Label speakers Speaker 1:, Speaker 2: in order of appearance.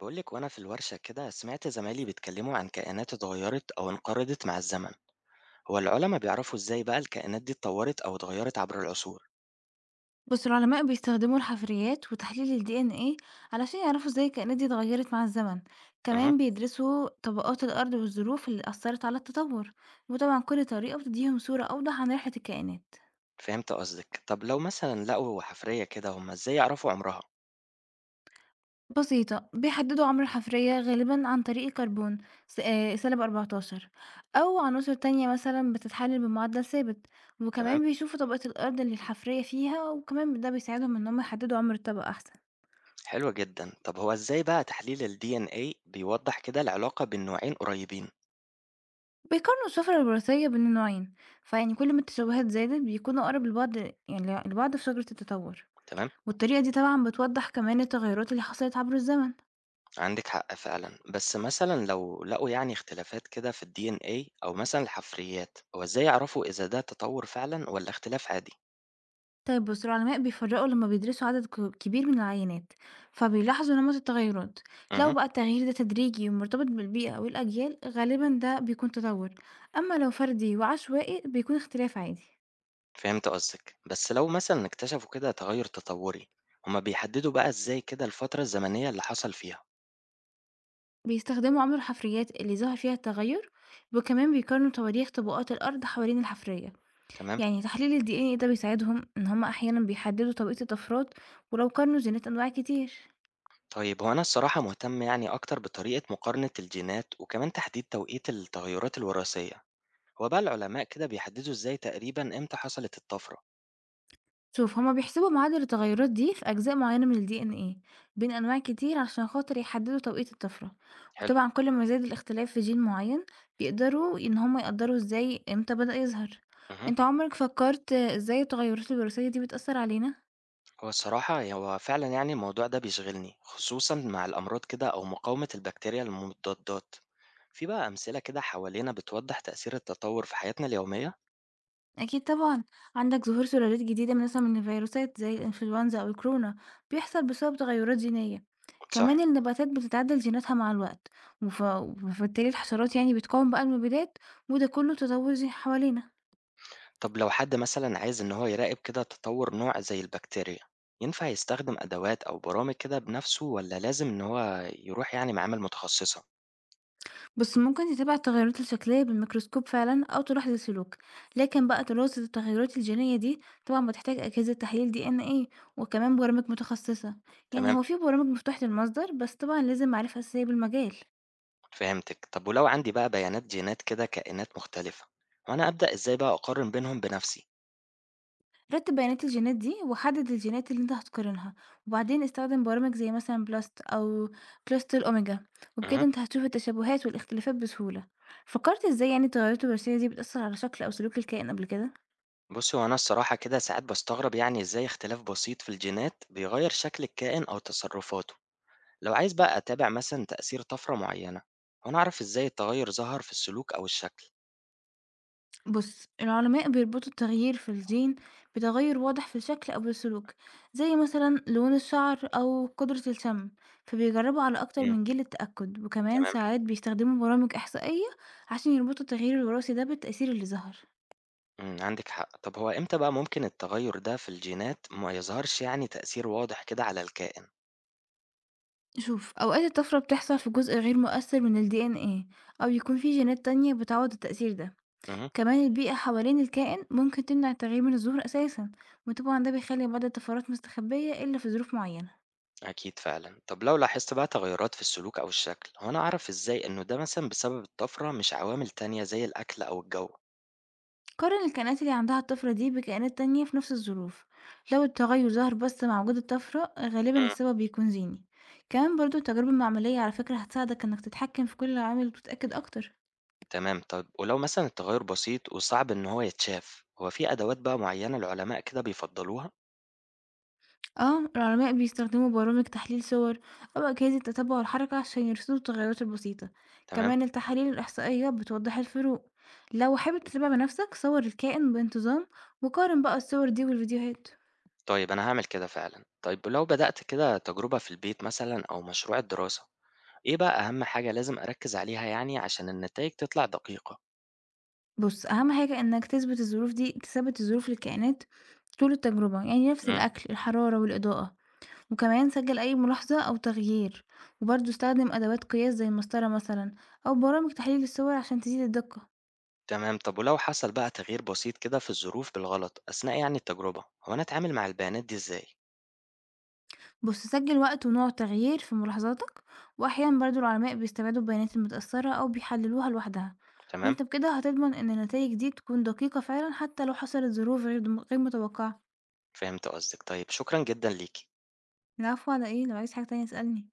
Speaker 1: بقولك وأنا في الورشة كده سمعت زمايلي بيتكلموا عن كائنات اتغيرت أو انقرضت مع الزمن. هو العلماء بيعرفوا إزاي بقى الكائنات دي اتطورت أو اتغيرت عبر العصور؟
Speaker 2: بص، العلماء بيستخدموا الحفريات وتحليل ال DNA علشان يعرفوا ازاي الكائنات دي اتغيرت مع الزمن.
Speaker 1: أها.
Speaker 2: كمان بيدرسوا طبقات الأرض والظروف اللي أثرت على التطور، وطبعا كل طريقة بتديهم صورة أوضح عن رحلة الكائنات.
Speaker 1: فهمت قصدك، طب لو مثلا لقوا حفرية كده هما إزاي يعرفوا عمرها؟
Speaker 2: بسيطة، بيحددوا عمر الحفرية غالبا عن طريق كربون سالب 14، أو عناصر تانية مثلا بتتحلل بمعدل ثابت.
Speaker 1: تمام.
Speaker 2: وكمان بيشوفوا طبقة الأرض اللي الحفرية فيها، وكمان ده بيساعدهم إن هم يحددوا عمر الطبقة أحسن.
Speaker 1: حلوة جدا، طب هو إزاي بقى تحليل ال DNA بيوضح كده العلاقة بين نوعين قريبين؟
Speaker 2: بيقارنوا السفر الوراثية بين النوعين، فيعني كل ما التشابهات زادت بيكونوا أقرب لبعض، يعني لبعض في شجرة التطور.
Speaker 1: تمام.
Speaker 2: والطريقة دي طبعا بتوضح كمان التغيرات اللي حصلت عبر الزمن.
Speaker 1: عندك حق فعلا، بس مثلا لو لقوا يعني اختلافات كده في ال DNA أو مثلا الحفريات، هو إزاي يعرفوا إذا ده تطور فعلا ولا اختلاف عادي؟
Speaker 2: طيب، بص، العلماء بيفرقوا لما بيدرسوا عدد كبير من العينات، فبيلاحظوا نمط التغيرات. لو
Speaker 1: أها.
Speaker 2: بقى التغيير ده تدريجي ومرتبط بالبيئة أو الأجيال، غالبا ده بيكون تطور. أما لو فردي وعشوائي، بيكون اختلاف عادي.
Speaker 1: فهمت قصدك، بس لو مثلا اكتشفوا كده تغير تطوري، هما بيحددوا بقى ازاي كده الفترة الزمنية اللي حصل فيها؟
Speaker 2: بيستخدموا عمر الحفريات اللي ظهر فيها التغير، وكمان بيقارنوا تواريخ طبقات الأرض حوالين الحفرية.
Speaker 1: تمام.
Speaker 2: يعني تحليل ال DNA ده بيساعدهم إن هما أحيانا بيحددوا طبيعة الطفرات، ولو قارنوا جينات أنواع كتير.
Speaker 1: طيب هو انا الصراحة مهتم يعني اكتر بطريقة مقارنة الجينات وكمان تحديد توقيت التغيرات الوراثية. هو بقى العلماء كده بيحددوا ازاي تقريبا امتى حصلت الطفرة؟
Speaker 2: شوف، هما بيحسبوا معدل التغيرات دي في أجزاء معينة من ال DNA بين أنواع كتير علشان خاطر يحددوا طبيعة الطفرة.
Speaker 1: حلو.
Speaker 2: وطبعا كل ما زاد الاختلاف في جين معين، بيقدروا إن هما يقدروا ازاي امتى بدأ يظهر.
Speaker 1: مه.
Speaker 2: انت عمرك فكرت ازاي التغيرات الوراثية دي بتأثر علينا؟
Speaker 1: هو الصراحة هو فعلا يعني الموضوع ده بيشغلني، خصوصا مع الامراض كده او مقاومة البكتيريا للمضادات. في بقى امثلة كده حوالينا بتوضح تأثير التطور في حياتنا اليومية؟
Speaker 2: أكيد طبعًا، عندك ظهور سلالات جديدة من مثلًا من الفيروسات زي الإنفلونزا أو الكورونا، بيحصل بسبب تغيرات جينية.
Speaker 1: صح.
Speaker 2: كمان النباتات بتتعدل جيناتها مع الوقت، وبالتالي الحشرات يعني بتقاوم بقى المبيدات، وده كله تطور زي حوالينا.
Speaker 1: طب لو حد مثلا عايز إن هو يراقب كده تطور نوع زي البكتيريا، ينفع يستخدم أدوات أو برامج كده بنفسه ولا لازم إن هو يروح يعني معامل متخصصة؟
Speaker 2: بس ممكن تتابع التغيرات الشكلية بالميكروسكوب فعلًا أو تلاحظ السلوك، لكن بقى دراسة التغيرات الجينية دي طبعًا بتحتاج أجهزة تحليل DNA وكمان برامج متخصصة. يعني
Speaker 1: تمام،
Speaker 2: هو في برامج مفتوحة المصدر، بس طبعًا لازم معرفة أساسية بالمجال.
Speaker 1: فهمتك. طب ولو عندي بقى بيانات جينات كده كائنات مختلفة، وأنا أبدأ إزاي بقى أقارن بينهم بنفسي؟
Speaker 2: رتب بيانات الجينات دي وحدد الجينات اللي انت هتقارنها، وبعدين استخدم برامج زي مثلا بلاست او كلاست الاوميجا،
Speaker 1: أها.
Speaker 2: وبكده انت هتشوف التشابهات والاختلافات بسهولة. فكرت ازاي يعني التغيرات الوراثية دي بتأثر على شكل او سلوك الكائن قبل كده؟
Speaker 1: بصي هو أنا الصراحة كده ساعات بستغرب يعني إزاي اختلاف بسيط في الجينات بيغير شكل الكائن أو تصرفاته، لو عايز بقى أتابع مثلا تأثير طفرة معينة، وأنا أعرف إزاي التغير ظهر في السلوك أو الشكل.
Speaker 2: بص، العلماء بيربطوا التغيير في الجين بتغير واضح في الشكل أو السلوك، زي مثلا لون الشعر أو قدرة الشم. فبيجربوا على أكتر
Speaker 1: مم.
Speaker 2: من جيل للتأكد، وكمان
Speaker 1: تمام.
Speaker 2: ساعات بيستخدموا برامج إحصائية عشان يربطوا التغيير الوراثي ده بالتأثير اللي ظهر.
Speaker 1: إمم، عندِك حق. طب هو إمتى بقى ممكن التغيُّر ده في الجينات ما يظهرش يعني تأثير واضح كده على الكائن؟
Speaker 2: شوف، أوقات الطفرة بتحصل في جزء غير مؤثر من ال DNA، أو يكون في جينات تانية بتعوض التأثير ده.
Speaker 1: اهم،
Speaker 2: كمان البيئة حوالين الكائن ممكن تمنع التغيير من الظهور أساسا، وطبعا ده بيخلي بعض الطفرات مستخبية إلا في ظروف معينة.
Speaker 1: أكيد فعلًا. طب لو لاحظت بقى تغيُّرات في السلوك أو الشكل، هو أنا أعرف إزاي إنه ده مثلًا بسبب الطفرة مش عوامل تانية زي الأكل أو الجو؟
Speaker 2: قارن الكائنات اللي عندها الطفرة دي بكائنات تانية في نفس الظروف، لو التغير ظهر بس مع وجود الطفرة، غالبا
Speaker 1: إمم،
Speaker 2: السبب بيكون زيني. كمان برضو التجربة المعملية على فكرة هتساعدك إنك تتحكم في كل عامل وتتأكد أكتر.
Speaker 1: تمام. طب ولو مثلًا التغيُّر بسيط وصعب إن هو يتشاف، هو في أدوات بقى معيّنة العلماء كده بيفضّلوها؟
Speaker 2: آه، العلماء بيستخدموا برامج تحليل صور أو أجهزة تتبع الحركة عشان يرصدوا التغيرات البسيطة.
Speaker 1: تمام،
Speaker 2: كمان التحاليل الإحصائية بتوضح الفروق. لو حابب تتابع بنفسك صور الكائن بانتظام، وقارن بقى الصور دي والفيديوهات.
Speaker 1: طيب أنا هاعمل كده فعلًا. طيب ولو بدأت كده تجربة في البيت مثلًا أو مشروع الدراسة، إيه بقى أهم حاجة لازم أركّز عليها يعني عشان النتايج تطلع دقيقة؟
Speaker 2: بص، أهم حاجة إنك تثبت الظروف دي، تثبت الظروف للكائنات طول التجربة، يعني نفس
Speaker 1: امم.
Speaker 2: الأكل الحرارة والإضاءة. وكمان سجل أي ملاحظة أو تغيير، وبرضه استخدم أدوات قياس زي المسطرة مثلا أو برامج تحليل الصور عشان تزيد الدقة.
Speaker 1: تمام، طب ولو حصل بقى تغيير بسيط كده في الظروف بالغلط أثناء يعني التجربة، هو أنا أتعامل مع البيانات دي إزاي؟
Speaker 2: بُص، سجّل وقت ونوع التغيير في ملاحظاتك، وأحيانًا برضه العلماء بيستبعدوا البيانات المتأثرة أو بيحللوها لوحدها.
Speaker 1: تمام،
Speaker 2: وأنت بكده هتضمن إن النتايج دي تكون دقيقة فعلًا حتى لو حصلت ظروف غير متوقعة.
Speaker 1: فهمت قصدِك، طيب شكرًا جدًا ليكِ.
Speaker 2: العفو على إيه؟ لو عايز حاجة تانية اسألني.